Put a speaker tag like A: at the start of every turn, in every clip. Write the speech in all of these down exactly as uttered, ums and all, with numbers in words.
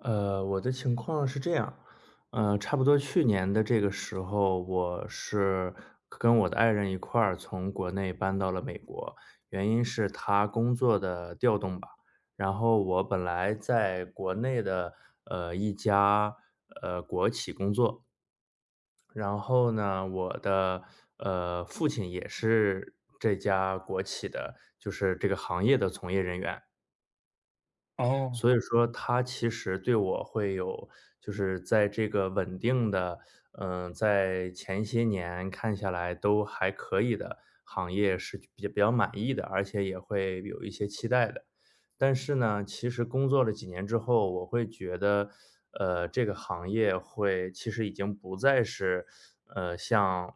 A: 呃，我的情况是这样，呃，差不多去年的这个时候，我是跟我的爱人一块儿从国内搬到了美国，原因是他工作的调动吧。然后我本来在国内的呃一家呃国企工作，然后呢，我的呃父亲也是这家国企的，就是这个行业的从业人员。
B: 哦，
A: 所以说他其实对我会有就是在这个稳定的，嗯，在前些年看下来都还可以的行业是比较比较满意的，而且也会有一些期待的。但是呢，其实工作了几年之后，我会觉得，呃，这个行业会其实已经不再是，呃，像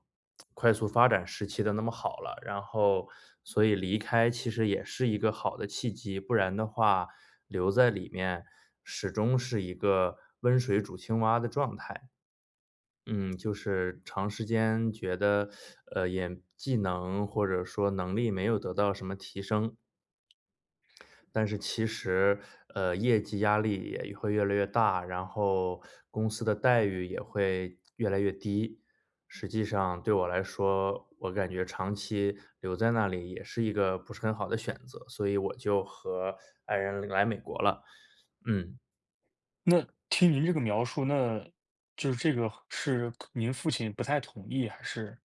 A: 快速发展时期的那么好了。然后，所以离开其实也是一个好的契机，不然的话，留在里面始终是一个温水煮青蛙的状态。嗯，就是长时间觉得，呃，也技能或者说能力没有得到什么提升，但是其实，呃，业绩压力也会越来越大，然后公司的待遇也会越来越低。实际上对我来说，我感觉长期留在那里也是一个不是很好的选择，所以我就和爱人来美国了。嗯。
B: 那听您这个描述，那就是这个是您父亲不太同意，还是？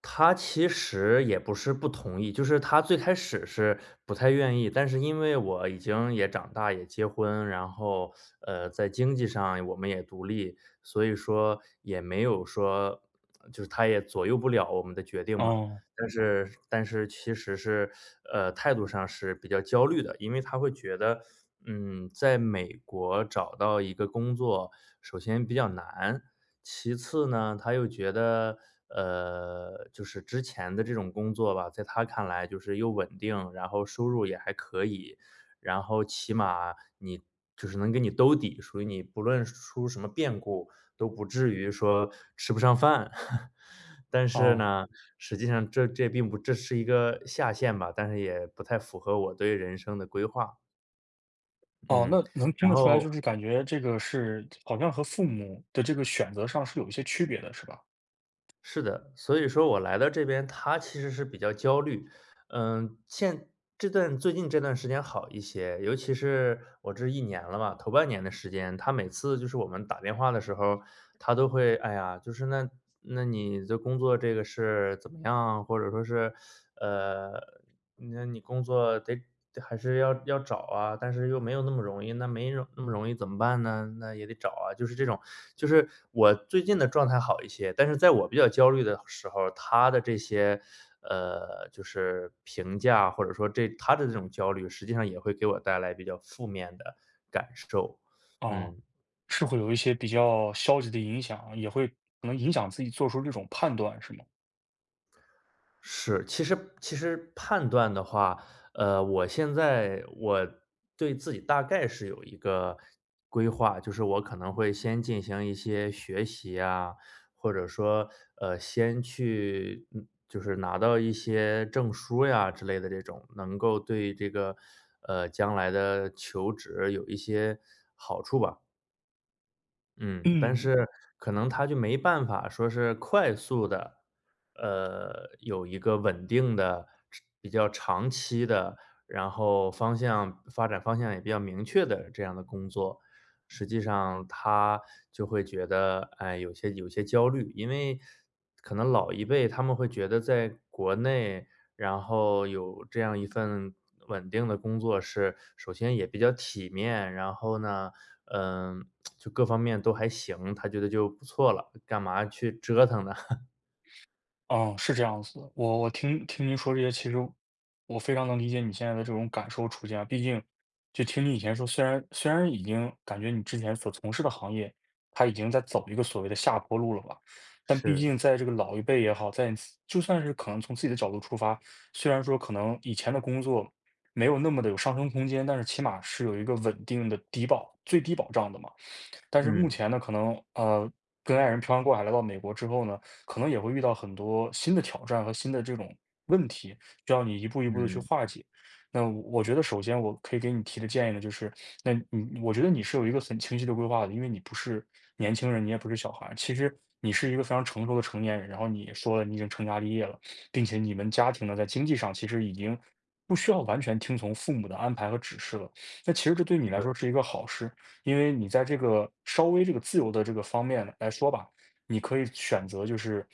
A: 他其实也不是不同意，就是他最开始是不太愿意，但是因为我已经也长大，也结婚，然后呃，在经济上我们也独立，所以说也没有说，就是他也左右不了我们的决定嘛。
B: 哦，
A: 但是但是其实是，呃，态度上是比较焦虑的，因为他会觉得，嗯，在美国找到一个工作，首先比较难，其次呢，他又觉得，呃，就是之前的这种工作吧，在他看来就是又稳定，然后收入也还可以，然后起码你就是能给你兜底，属于你不论出什么变故，都不至于说吃不上饭。但是
B: 哦，
A: 呢，实际上这这并不这是一个下限吧，但是也不太符合我对人生的规划，
B: 哦，
A: 嗯。
B: 那能听
A: 然
B: 得出来，就
A: 后
B: 是感觉这个是好像和父母的这个选择上是有一些区别的，是吧？
A: 是的，所以说我来到这边，他其实是比较焦虑。嗯，现这段最近这段时间好一些，尤其是我这一年了嘛，头半年的时间，他每次就是我们打电话的时候，他都会，哎呀，就是那那你的工作这个是怎么样，或者说是，呃，那你工作得得还是要要找啊，但是又没有那么容易，那没容那么容易怎么办呢？那也得找啊，就是这种，就是我最近的状态好一些，但是在我比较焦虑的时候，他的这些，呃，就是评价或者说这他的这种焦虑，实际上也会给我带来比较负面的感受，
B: 哦，
A: 嗯。
B: 是会有一些比较消极的影响，也会可能影响自己做出这种判断，是吗？
A: 是，其实其实判断的话，呃，我现在我对自己大概是有一个规划，就是我可能会先进行一些学习啊，或者说，呃，先去嗯就是拿到一些证书呀之类的这种，能够对这个，呃，将来的求职有一些嗯，但
B: 嗯。
A: 是可能他就没办法说是快速的，呃，有一个稳定的、吃比较长期的，然后方向发展方向也比较明确的这样的工作。实际上他就会觉得，哎，有些有些焦虑，因为可能老一辈他们会觉得在国内然后有这样一份稳定的工作是首先也比较体面，然后呢，嗯，就各方面都还行，他觉得就不错了，干嘛去折腾呢？
B: 嗯，是这样子的。我我听听您说这些，其实我非常能理解你现在的这种感受处境啊。毕竟，就听你以前说，虽然虽然已经感觉你之前所从事的行业，它已经在走一个所谓的下坡路了吧，但毕
A: 是，
B: 竟在这个老一辈也好，在就算是可能从自己的角度出发，虽然说可能以前的工作没有那么的有上升空间，但是起码是有一个稳定的低保，最低保障的嘛。但是目
A: 嗯，
B: 前呢，可能呃，跟爱人漂洋过海来到美国之后呢，可能也会遇到很多新的挑战和新的这种问题，需要你一步一步的去
A: 嗯。
B: 化解。那我我觉得，首先我可以给你提的建议呢，就是，那你我觉得你是有一个很清晰的规划的，因为你不是年轻人，你也不是小孩儿其实你是一个非常成熟的成年人。然后你也说了，你已经成家立业了，并且你们家庭呢，在经济上其实已经不需要完全听从父母的安排和指示了。那其实这对你来说是一个好事，因为你在这个稍微这个自由的这个方面来说吧，你可以选择就是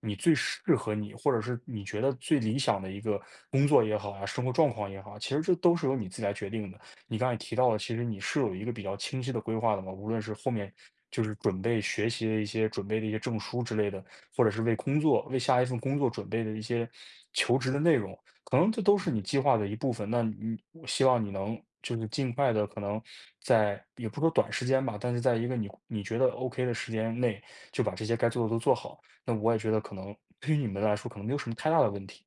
B: 你最适合你，或者是你觉得最理想的一个工作也好啊，生活状况也好啊，其实这都是由你自己来决定的。你刚才提到了，其实你是有一个比较清晰的规划的嘛，无论是后面就是准备学习的一些准备的一些证书之类的，或者是为工作为下一份工作准备的一些求职的内容，可能这都是你计划的一部分。那你我希望你能就是尽快的，可能在也不说短时间吧，但是在一个你你觉得 O K 的时间内，就把这些该做的都做好。那我也觉得可能对于你们来说，可能没有什么太大的问题。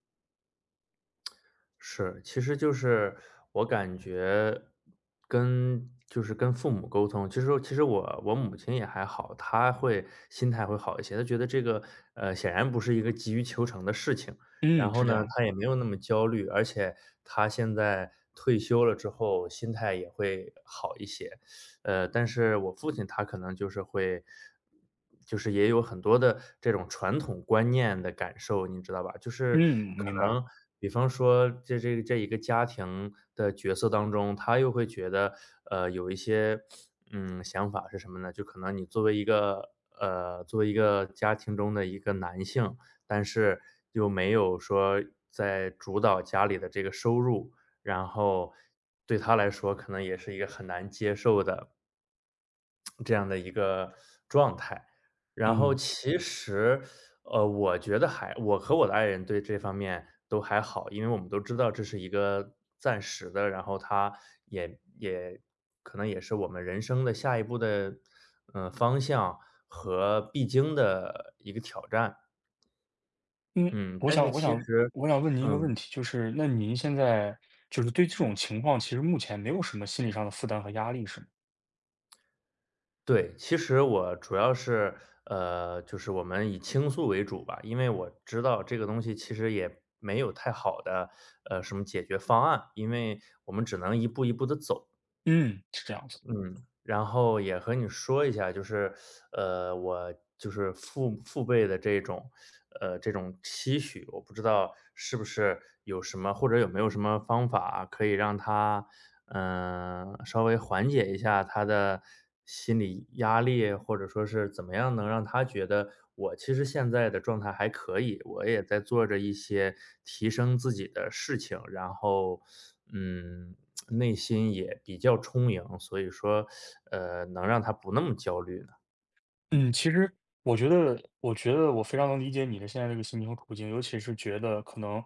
A: 是，其实就是我感觉跟就是跟父母沟通，其实其实我我母亲也还好，她会心态会好一些，她觉得这个呃显然不是一个急于求成的事情，然
B: 嗯，
A: 后
B: 是
A: 呢，
B: 这样。
A: 她也没有那么焦虑，而且她现在退休了之后，心态也会好一些。呃，但是我父亲他可能就是会就是也有很多的这种传统观念的感受，你知道吧？就是
B: 嗯，
A: 可
B: 明白。
A: 能比方说这这这一个家庭的角色当中，他又会觉得，呃，有一些，嗯，想法是什么呢？就可能你作为一个呃，作为一个家庭中的一个男性，但是又没有说在主导家里的这个收入，然后对他来说可能也是一个很难接受的这样的一个状态。然后
B: 嗯。
A: 其实，呃，我觉得还我和我的爱人对这方面都还好，因为我们都知道这是一个暂时的，然后他也也可能也是我们人生的下一步的，嗯方向和必经的一个挑战。
B: 嗯，
A: 嗯，
B: 我
A: 但是
B: 想我
A: 其
B: 想
A: 实
B: 我想问您
A: 嗯。
B: 一个问题，就是那您现在就是对这种情况，其实目前没有什么心理上的负担和压力，是吗？
A: 对，其实我主要是，呃，就是我们以倾诉为主吧，因为我知道这个东西其实也没有太好的，呃，什么解决方案，因为我们只能一步一步的走。
B: 嗯，是这样子。
A: 嗯，然后也和你说一下，就是，呃，我就是父父辈的这种，呃，这种期许，我不知道是不是有什么或者有没有什么方法可以让他，嗯，呃稍微缓解一下他的心理压力，或者说是怎么样能让他觉得我其实现在的状态还可以，我也在做着一些提升自己的事情，然后，嗯，内心也比较充盈，所以说，呃，能让他不那么焦虑呢？
B: 嗯，其实我觉得，我觉得我非常能理解你的现在这个心情和处境，尤其是觉得可能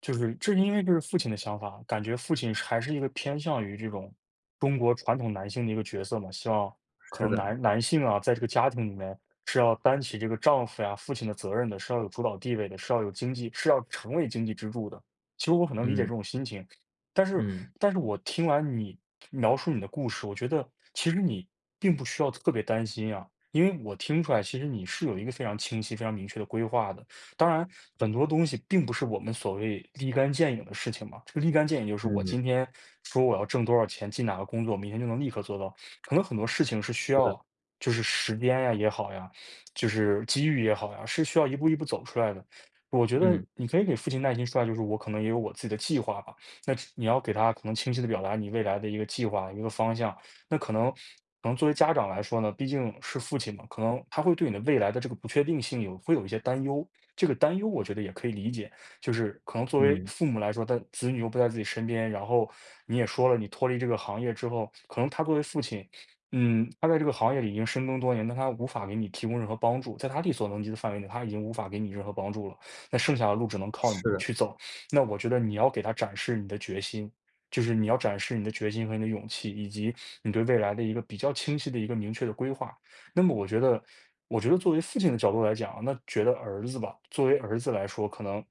B: 就是这是因为这是父亲的想法，感觉父亲是还是一个偏向于这种中国传统男性的一个角色嘛，希望可
A: 是
B: 能
A: 的，
B: 男男性啊，在这个家庭里面是要担起这个丈夫呀、父亲的责任的，是要有主导地位的，是要有经济，是要成为经济支柱的。其实我很能理解
A: 嗯，
B: 这种心情，但是
A: 嗯，
B: 但是我听完你描述你的故事，我觉得其实你并不需要特别担心啊，因为我听出来，其实你是有一个非常清晰、非常明确的规划的。当然，很多东西并不是我们所谓立竿见影的事情嘛。这个立竿见影就是我
A: 嗯，
B: 今天说我要挣多少钱，进哪个工作，明天就能立刻做到。可能很多事情是需
A: 是的，
B: 要，就是时间呀也好呀，就是机遇也好呀，是需要一步一步走出来的。我觉得
A: 嗯，
B: 你可以给父亲耐心说啊，就是我可能也有我自己的计划吧。那只你要给他可能清晰的表达你未来的一个计划、一个方向。那可能可能作为家长来说呢，毕竟是父亲嘛，可能他会对你的未来的这个不确定性有会有一些担忧。这个担忧我觉得也可以理解，就是可能作为
A: 嗯，
B: 父母来说，但子女又不在自己身边，然后你也说了，你脱离这个行业之后，可能他作为父亲，嗯，他在这个行业里已经深耕多年，但他无法给你提供任何帮助，在他力所能及的范围内，他已经无法给你任何帮助了。那剩下的路只能靠你
A: 是的，
B: 去走。那我觉得你要给他展示你的决心，就是你要展示你的决心和你的勇气，以及你对未来的一个比较清晰的一个明确的规划。那么我觉得，我觉得作为父亲的角度来讲，那觉得儿子吧，作为儿子来说，可能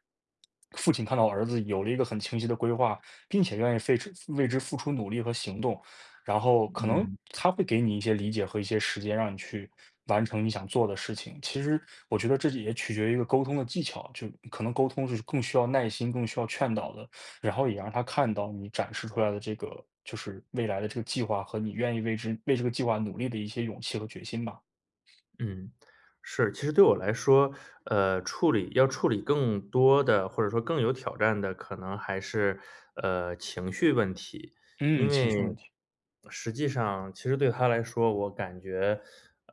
B: 父亲看到儿子有了一个很清晰的规划，并且愿意费之为之付出努力和行动，然后可能
A: 嗯。
B: 他会给你一些理解和一些时间，让你去完成你想做的事情。其实我觉得这也取决于一个沟通的技巧，就可能沟通是更需要耐心、更需要劝导的，然后也让他看到你展示出来的这个就是未来的这个计划和你愿意为之为这个计划努力的一些勇气和决心吧。
A: 嗯，是，其实对我来说，呃，处理要处理更多的，或者说更有挑战的，可能还是呃情绪问题，因
B: 嗯，情
A: 为
B: 绪问题，
A: 实际上，其实对他来说，我感觉，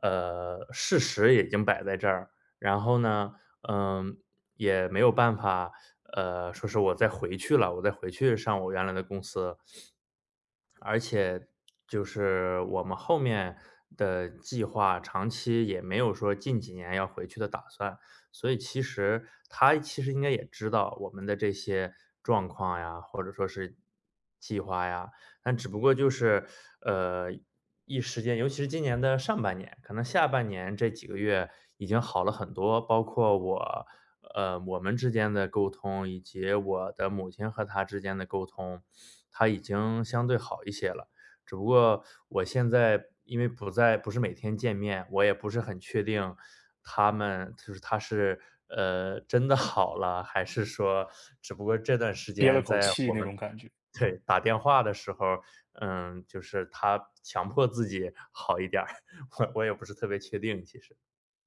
A: 呃，事实也已经摆在这儿，然后呢，嗯、也没有办法，呃，说是我再回去了，我再回去上我原来的公司，而且就是我们后面的计划，长期也没有说近几年要回去的打算，所以其实他其实应该也知道我们的这些状况呀，或者说是计划呀，但只不过就是，呃，一时间，尤其是今年的上半年，可能下半年这几个月已经好了很多，包括我，呃，我们之间的沟通，以及我的母亲和他之间的沟通，他已经相对好一些了。只不过我现在因为不在不是每天见面，我也不是很确定他们就是他是，呃，真的好了，还是说只不过这段时
B: 憋
A: 间
B: 了口
A: 在
B: 气
A: 我
B: 那
A: 们
B: 种感觉。
A: 对，打电话的时候，嗯，就是他强迫自己好一点儿，我我也不是特别确定其实。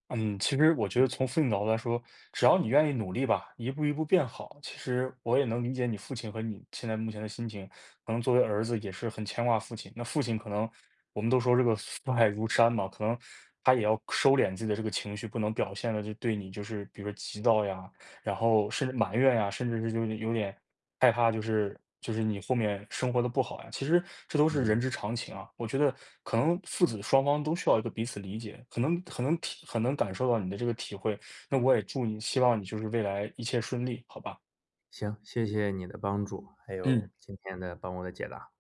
B: 嗯，其实我觉得从父亲角度来说，只要你愿意努力吧，一步一步变好，其实我也能理解你父亲和你现在目前的心情。可能作为儿子也是很牵挂父亲，那父亲可能我们都说这个父爱如山嘛，可能他也要收敛自己的这个情绪，不能表现的就对你就是比如说急躁呀，然后甚至埋怨呀，甚至是就是有点害怕，就是就是你后面生活的不好呀。其实这都是人
A: 嗯，
B: 之常情啊。我觉得可能父子双方都需要一个彼此理解，可能可能体很能感受到你的这个体会。那我也祝你，希望你就是未来一切顺利，好吧？
A: 行，谢谢你的帮助，还有
B: 嗯。
A: 今天的帮我的解答。